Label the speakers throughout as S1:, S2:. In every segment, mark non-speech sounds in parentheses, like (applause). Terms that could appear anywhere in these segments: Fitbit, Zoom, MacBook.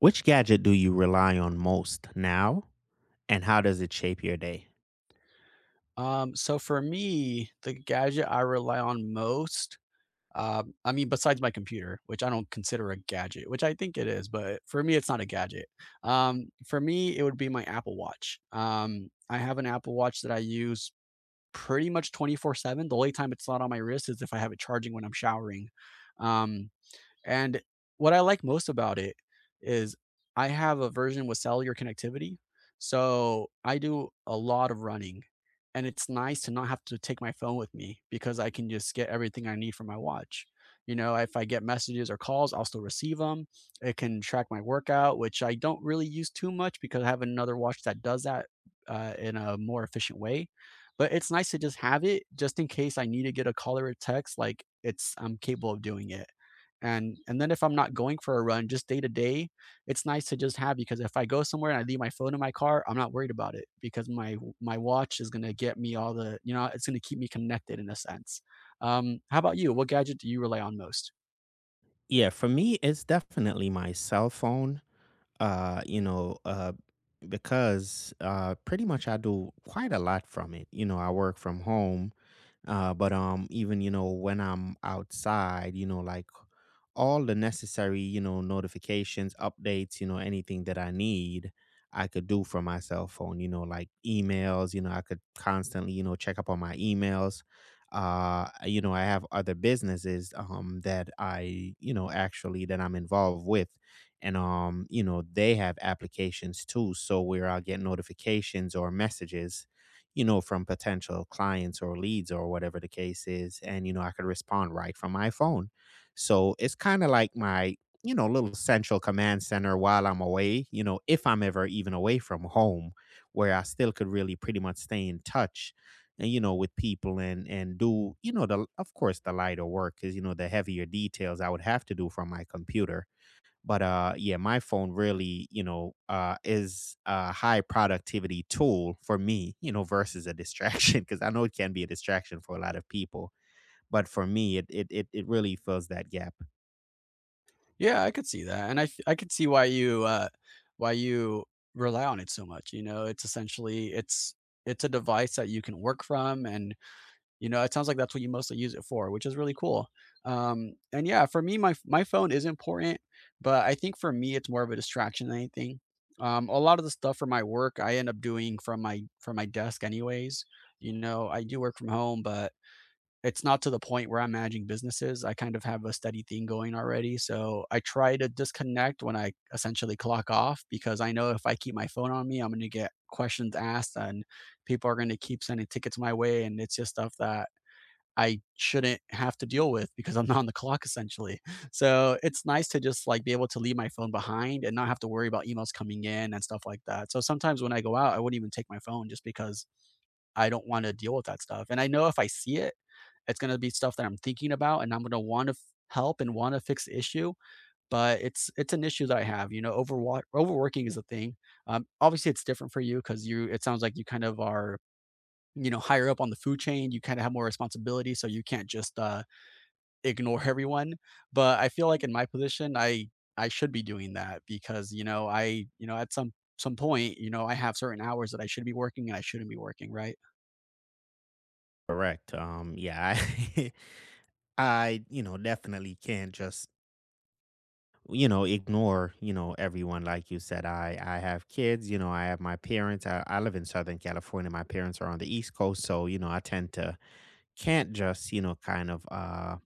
S1: Which gadget do you rely on most now, and how does it shape your day?
S2: So for me, the gadget I rely on most, I mean, besides my computer, which I don't consider a gadget, which I think it is, but for me, it's not a gadget. For me, it would be my Apple Watch. I have an Apple Watch that I use pretty much 24/7. The only time it's not on my wrist is if I have it charging when I'm showering. Um, and what I like most about it is I have a version with cellular connectivity. So I do a lot of running, and it's nice to not have to take my phone with me because I can just get everything I need from my watch. You know, if I get messages or calls, I'll still receive them. It can track my workout, which I don't really use too much because I have another watch that does that in a more efficient way. But it's nice to just have it just in case I need to get a call or a text. Like, it's I'm capable of doing it, and then if I'm not going for a run, just day to day, it's nice to just have, because if I go somewhere and I leave my phone in my car, I'm not worried about it, because my watch is going to get me all the you know it's going to keep me connected in a sense. How about you? What gadget do you rely on most?
S1: Yeah, for me, it's definitely my cell phone. Uh, you know, uh, because pretty much I do quite a lot from it. I work from home, but even when I'm outside, like all the necessary, notifications, updates, anything that I need, I could do from my cell phone, like emails, I could constantly, check up on my emails. I have other businesses that I, you know, actually that I'm involved with. And they have applications too. So where I'll get notifications or messages, from potential clients or leads or whatever the case is. And I could respond right from my phone. So it's kind of like my little central command center while I'm away, if I'm ever even away from home, where I still could really pretty much stay in touch and with people, and do you know the of course the lighter work is, the heavier details I would have to do from my computer. But yeah, my phone really, is a high productivity tool for me, versus a (laughs) distraction, because I know it can be a distraction for a lot of people. But for me, it really fills that gap.
S2: Yeah, I could see that, and I could see why you rely on it so much. You know, it's essentially, it's a device that you can work from. And you know, it sounds like that's what you mostly use it for, which is really cool. And yeah, for me, my phone is important, but I think for me, it's more of a distraction than anything. A lot of the stuff for my work, I end up doing from my desk anyways. You know, I do work from home, but it's not to the point where I'm managing businesses. I kind of have a steady thing going already, so I try to disconnect when I essentially clock off, because I know if I keep my phone on me, I'm going to get questions asked, and people are going to keep sending tickets my way, and it's just stuff that I shouldn't have to deal with because I'm not on the clock essentially. So it's nice to just like be able to leave my phone behind and not have to worry about emails coming in and stuff like that. So sometimes when I go out, I wouldn't even take my phone just because I don't want to deal with that stuff. And I know if I see it, it's going to be stuff that I'm thinking about, and I'm going to want to help and want to fix the issue, but it's an issue that I have. You know, overworking is a thing. Obviously it's different for you, cuz you it sounds like you kind of are, you know, higher up on the food chain. You kind of have more responsibility, so you can't just ignore everyone. But I feel like in my position, I should be doing that because, you know, I you know, at some point, you know, I have certain hours that I should be working and I shouldn't be working, right?
S1: Correct. Yeah, I, (laughs) I, definitely can't just, ignore, everyone. Like you said, I have kids. I have my parents. I live in Southern California. My parents are on the East Coast. So, I tend to, can't just, kind of, uh,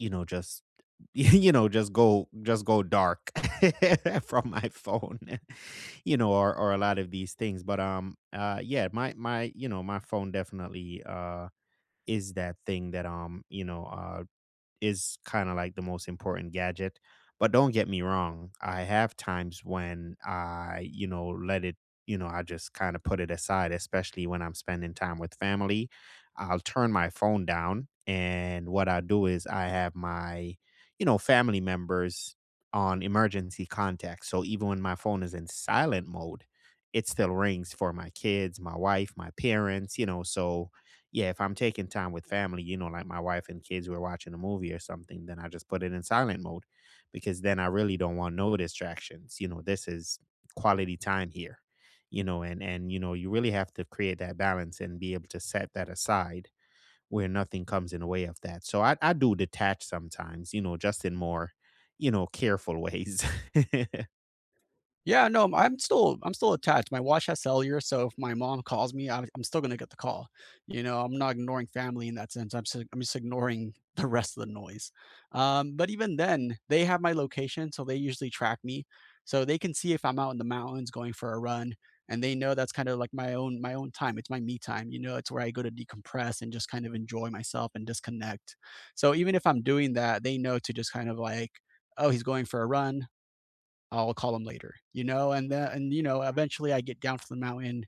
S1: you know, just, (laughs) just go dark, (laughs) from my phone, (laughs) or, a lot of these things. But, yeah, my my phone definitely, is that thing that is kind of like the most important gadget. But don't get me wrong, I have times when I, let it, I just kind of put it aside, especially when I'm spending time with family. I'll turn my phone down. And what I do is I have my, family members on emergency contact. So even when my phone is in silent mode, it still rings for my kids, my wife, my parents, so yeah, if I'm taking time with family, like my wife and kids were watching a movie or something, then I just put it in silent mode, because then I really don't want no distractions. This is quality time here. And you really have to create that balance and be able to set that aside where nothing comes in the way of that. So I do detach sometimes, just in more, careful ways. (laughs) that
S2: Yeah, no, I'm still attached. My watch has cellular, so if my mom calls me, I'm still gonna get the call. You know, I'm not ignoring family in that sense. I'm just ignoring (laughs) the rest of the noise. But even then, they have my location, so they usually track me, so they can see if I'm out in the mountains going for a run, and they know that's kind of like my own time. It's my me time. You know, it's where I go to decompress and just kind of enjoy myself and disconnect. So even if I'm doing that, they know to just kind of like, oh, he's going for a run, I'll call them later, you know, and you know, eventually I get down from the mountain,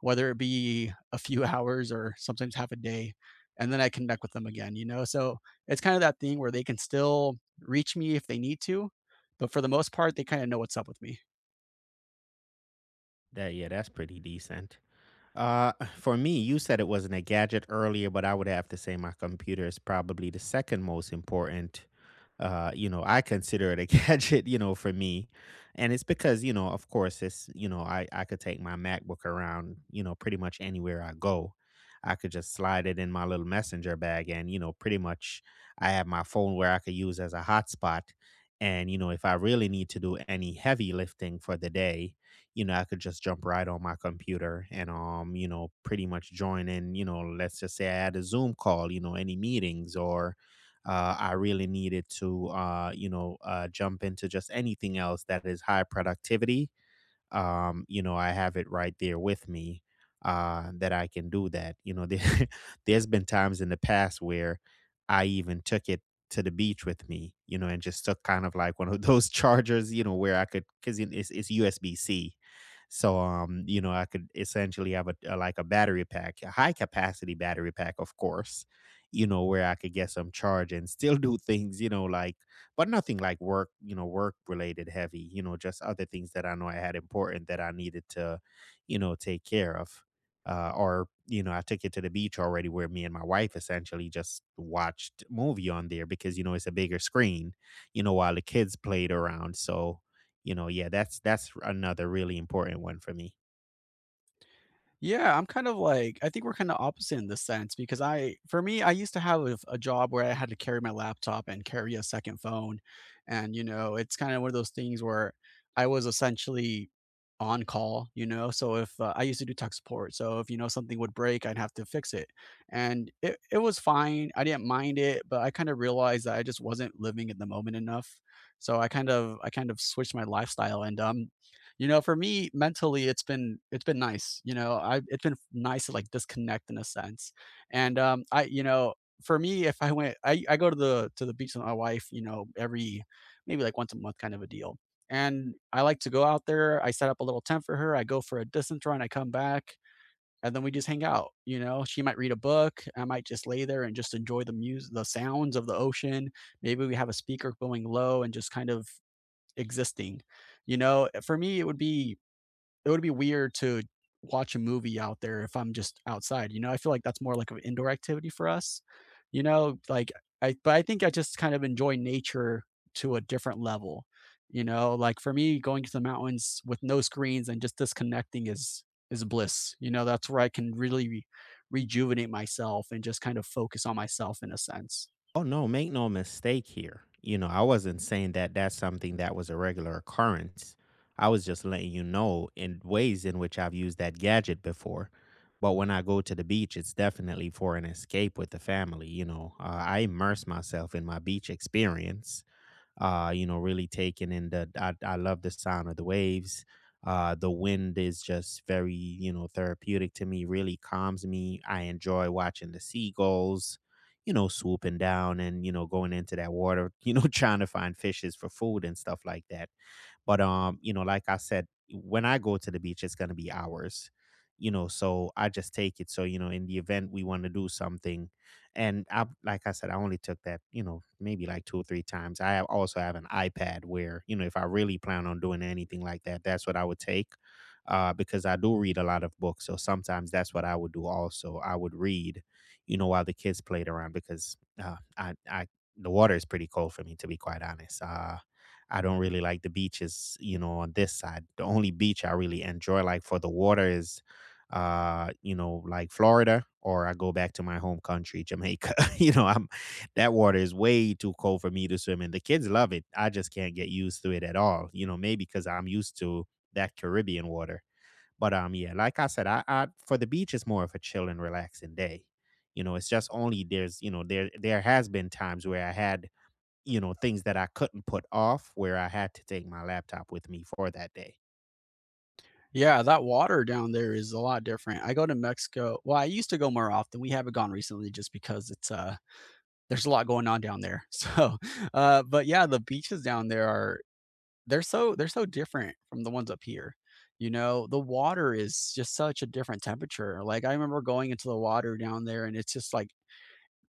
S2: whether it be a few (laughs) hours or sometimes half a day, and then I connect with them again, you know. So it's kind of that thing where they can still reach me if they need to, but for the most part, they kind of know what's up with me.
S1: Yeah, that's pretty decent. For me, you said it wasn't a gadget earlier, but I would have to say my computer is probably the second most important. I consider it a (laughs) gadget, for me. And it's because, of course, it's, you know, I could take my MacBook around, pretty much anywhere I go. I could just slide it in my little messenger bag, and, pretty much I have my phone where I could use as a hotspot. And if I really need to do any heavy lifting for the day, I could just jump right on my computer, and, pretty much join in. Let's just say I had a Zoom call, any meetings, or, I really needed to, jump into just anything else that is high productivity. I have it right there with me, that I can do that. (laughs) There's been times in the past where I even took it to the beach with me, and just took kind of like one of those (laughs) chargers, where I could, because it's USB C. So, I could essentially have a like a battery pack, a high capacity battery pack, of course, where I could get some charge and still (laughs) do things, like, but nothing like work, work related heavy, just other things that I know I had important that I needed to, take care of. Or, I took it to the beach already, where me and my wife essentially just watched movie on there because, it's a bigger screen, while the kids played around. So, yeah, that's another really important one for me.
S2: Yeah, I'm kind of like, I think we're kind of opposite in this sense, because I for me, I used to have a job where I had to carry my laptop and carry a second phone. And, you know, it's kind of one of those things where I was essentially on call, you know. So if I used to do tech support, so if you know something would break, I'd have to fix it. And it was fine. I didn't mind it, but I kind of realized that I just wasn't living in the moment enough. So I kind of switched my lifestyle, and you know, for me mentally, it's been nice. You know, I it's been nice to like disconnect in a sense. And for me, if I went, I go to the beach with my wife. You know, every maybe like once a month kind of a deal. And I like to go out there. I set up a little tent for her. I go for a distance run. I come back, and then we just hang out. You know, she might read a book. I might just lay there and just enjoy the music, the sounds of the ocean. Maybe we have a speaker going low and just kind of existing. You know, for me, it would be weird to watch a movie out there if I'm just outside, you know? I feel like that's more like an indoor activity for us, you know? Like, I but I think I just kind of enjoy nature to a different level, you know? Like, for me, going to the mountains with no screens and just disconnecting is bliss, you know? That's where I can really rejuvenate myself and just kind of focus on myself in a sense.
S1: Oh, no, make no mistake here. I wasn't saying that that's something that was a regular occurrence. I was just letting you know in ways in which I've used that gadget before. But when I go to the beach, it's definitely for an escape with the family. I immerse myself in my beach experience, really taking in, I love the sound of the waves. The wind is just very, therapeutic to me, really calms me. I enjoy watching the seagulls, swooping down, and, going into that water, (laughs) trying to find fishes for food and stuff like that. But like I said, when I go to the beach, it's gonna be hours. So I just take it. So in the event we want to do something, like I said, I only took that maybe like two or three times. Also have an iPad where, if I really plan on doing anything like that, that's what I would take, because I do read a lot of books. So sometimes that's what I would do. Also, I would read, while the kids played around, because I the water is pretty cold, for me to be quite honest. I don't really like the beaches, on this side. The only beach I really enjoy, like for the water, is, like Florida, or I go back to my home country, Jamaica. (laughs) you know, I'm That water is way too cold for me to swim in. The kids love it. I just can't get used to it at all. Maybe because I'm used to that Caribbean water. But yeah, like I said, I for the beach, it's more of a chill and relaxing day. It's just only there's, there has been times where I had, things that I couldn't put off, where I had to take my laptop with me for that day.
S2: Yeah, that water down there is a lot different. I go to Mexico. Well, I used to go more often. We haven't gone recently, just because it's there's a lot going on down there. (laughs) So, but yeah, the beaches down there are They're so different from the ones up here, you know? The water is just such a different temperature. Like, I remember going into the water down there, and it's just, like,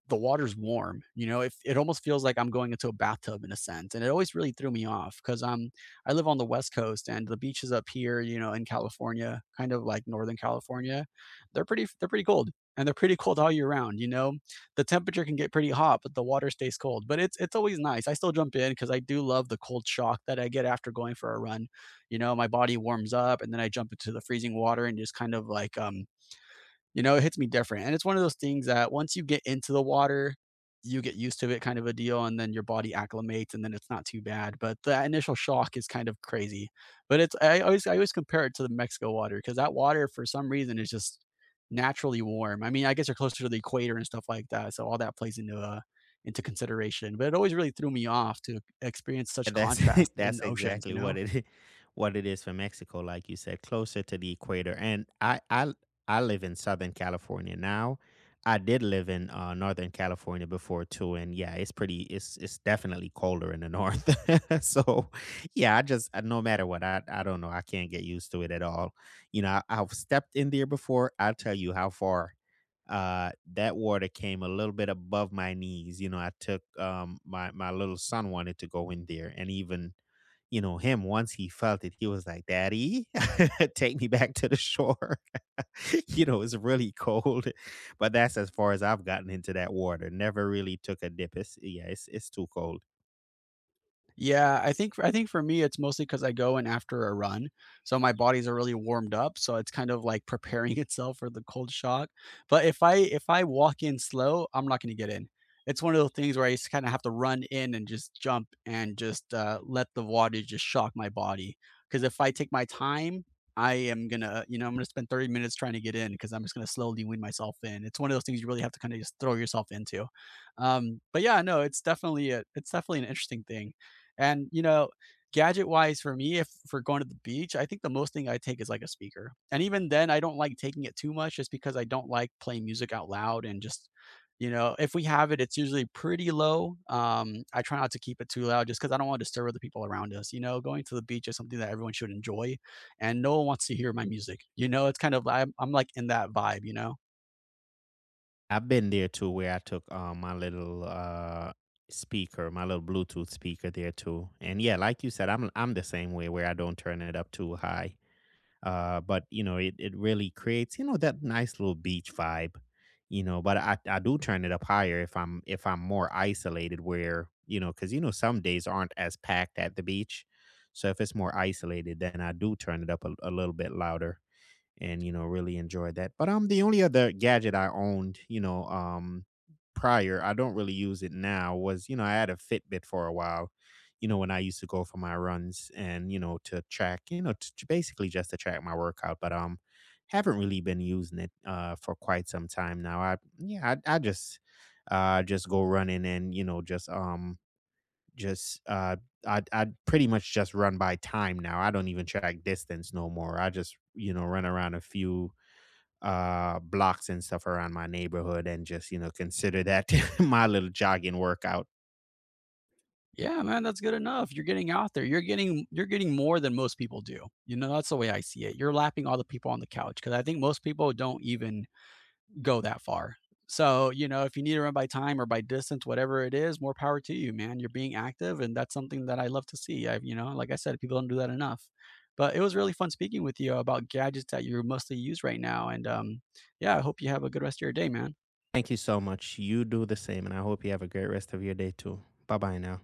S2: the water's warm. You know, if it almost feels like I'm going into a bathtub in a sense, and it always really threw me off, because I live on the West Coast, and the beaches up here, you know, in California, kind of like Northern California, they're pretty cold, and they're pretty (laughs) cold all year round. You know, the temperature can get pretty hot, but the water stays cold. But it's always nice. I still jump in because I do love the cold shock that I get after going for a run. You know, my body warms up, and then I jump into the freezing water, and just kind of like you know, it hits me different. And it's one of those things that once you get into the water, you get used to it kind of a deal, and then your body acclimates, and then it's not too bad. But that initial shock is kind of crazy. But it's, I always compare it to the Mexico water, because that water for some reason is just naturally warm. I mean, I guess you're closer to the equator and stuff like that, so all that plays into consideration. But it always really threw me off to experience such
S1: And that's (laughs)
S2: contrast
S1: it.
S2: in
S1: That's
S2: oceans, you
S1: exactly
S2: know?
S1: what it is for Mexico, like you said, closer to the equator. And I live in Southern California now. I did live in Northern California before too, and yeah, it's pretty. It's definitely colder in the north. (laughs) So, yeah, I just, no matter what, I don't know. I can't get used to it at all. I've stepped in there before. I'll tell you how far that water came, a little bit above my knees. I took, my my little son wanted to go in there. And even, him, once he felt it, he was like, daddy, (laughs) take me back to the shore, (laughs) it's really cold. (laughs) But that's as far as I've gotten into that water, never really took a dip. It's Yeah, it's too cold.
S2: Yeah, I think for me it's mostly because I go in after a run, so my body's already warmed up, so it's kind of like preparing (laughs) itself for the cold shock, but if I walk in slow, I'm not gonna get in. It's one of those things where I just kinda have to run in and just jump and just, let the water just shock my body. Because if I take my time, I am gonna you know, I'm gonna spend 30 minutes trying to get in, because 'cause I'm just gonna slowly wean myself in. It's one of those things you really have to kinda just throw yourself into. But yeah, no, it's definitely an interesting thing. And, you know, gadget wise for me, if for going to the beach, I think the most thing I take is like a speaker. And even then, I don't like taking it too much, just because I don't like playing music out loud, and just, you know, if we have it, it's usually pretty low. I try not to keep it too loud just because I don't want to disturb the people around us. You know, going to the beach is something that everyone should enjoy, and no one wants to hear my music. You know, it's kind of I'm like in that vibe. You know.
S1: I've been there too, where I took, my little, speaker, my little Bluetooth speaker there too. And yeah, like you said, I'm the same way, where I don't turn it up too high. But it really creates, that nice little beach vibe. But I do turn it up higher if I'm more isolated, where, because, some days aren't as packed at the beach. So if it's more isolated, then I do turn it up a little bit louder, and, really enjoyed that. But the only other gadget I owned, prior, I don't really use it now, was, I had a Fitbit for a while, when I used to go for my runs, and, to track, to basically just to track my workout. But haven't really been using it for quite some time now. I Yeah, I just, just go running, and, just, just uh I pretty much just run by time now. I don't even track distance no more. I just, run around a few blocks and stuff around my neighborhood, and just, consider that (laughs) my little jogging workout.
S2: Yeah, man, that's good enough. You're getting out there. You're getting more than most people do. You know, that's the way I see it. You're lapping all the people on the couch, because I think most people don't even go that far. So, you know, if you need to run by time or by distance, whatever it is, more power to you, man. You're being active, and that's something that I love to see. You know, like I said, people don't do that enough. But it was really fun speaking with you about gadgets that you mostly use right now. And yeah, I hope you have a good rest of your day, man.
S1: Thank you so much. You do the same, and I hope you have a great rest of your day too. Bye-bye now.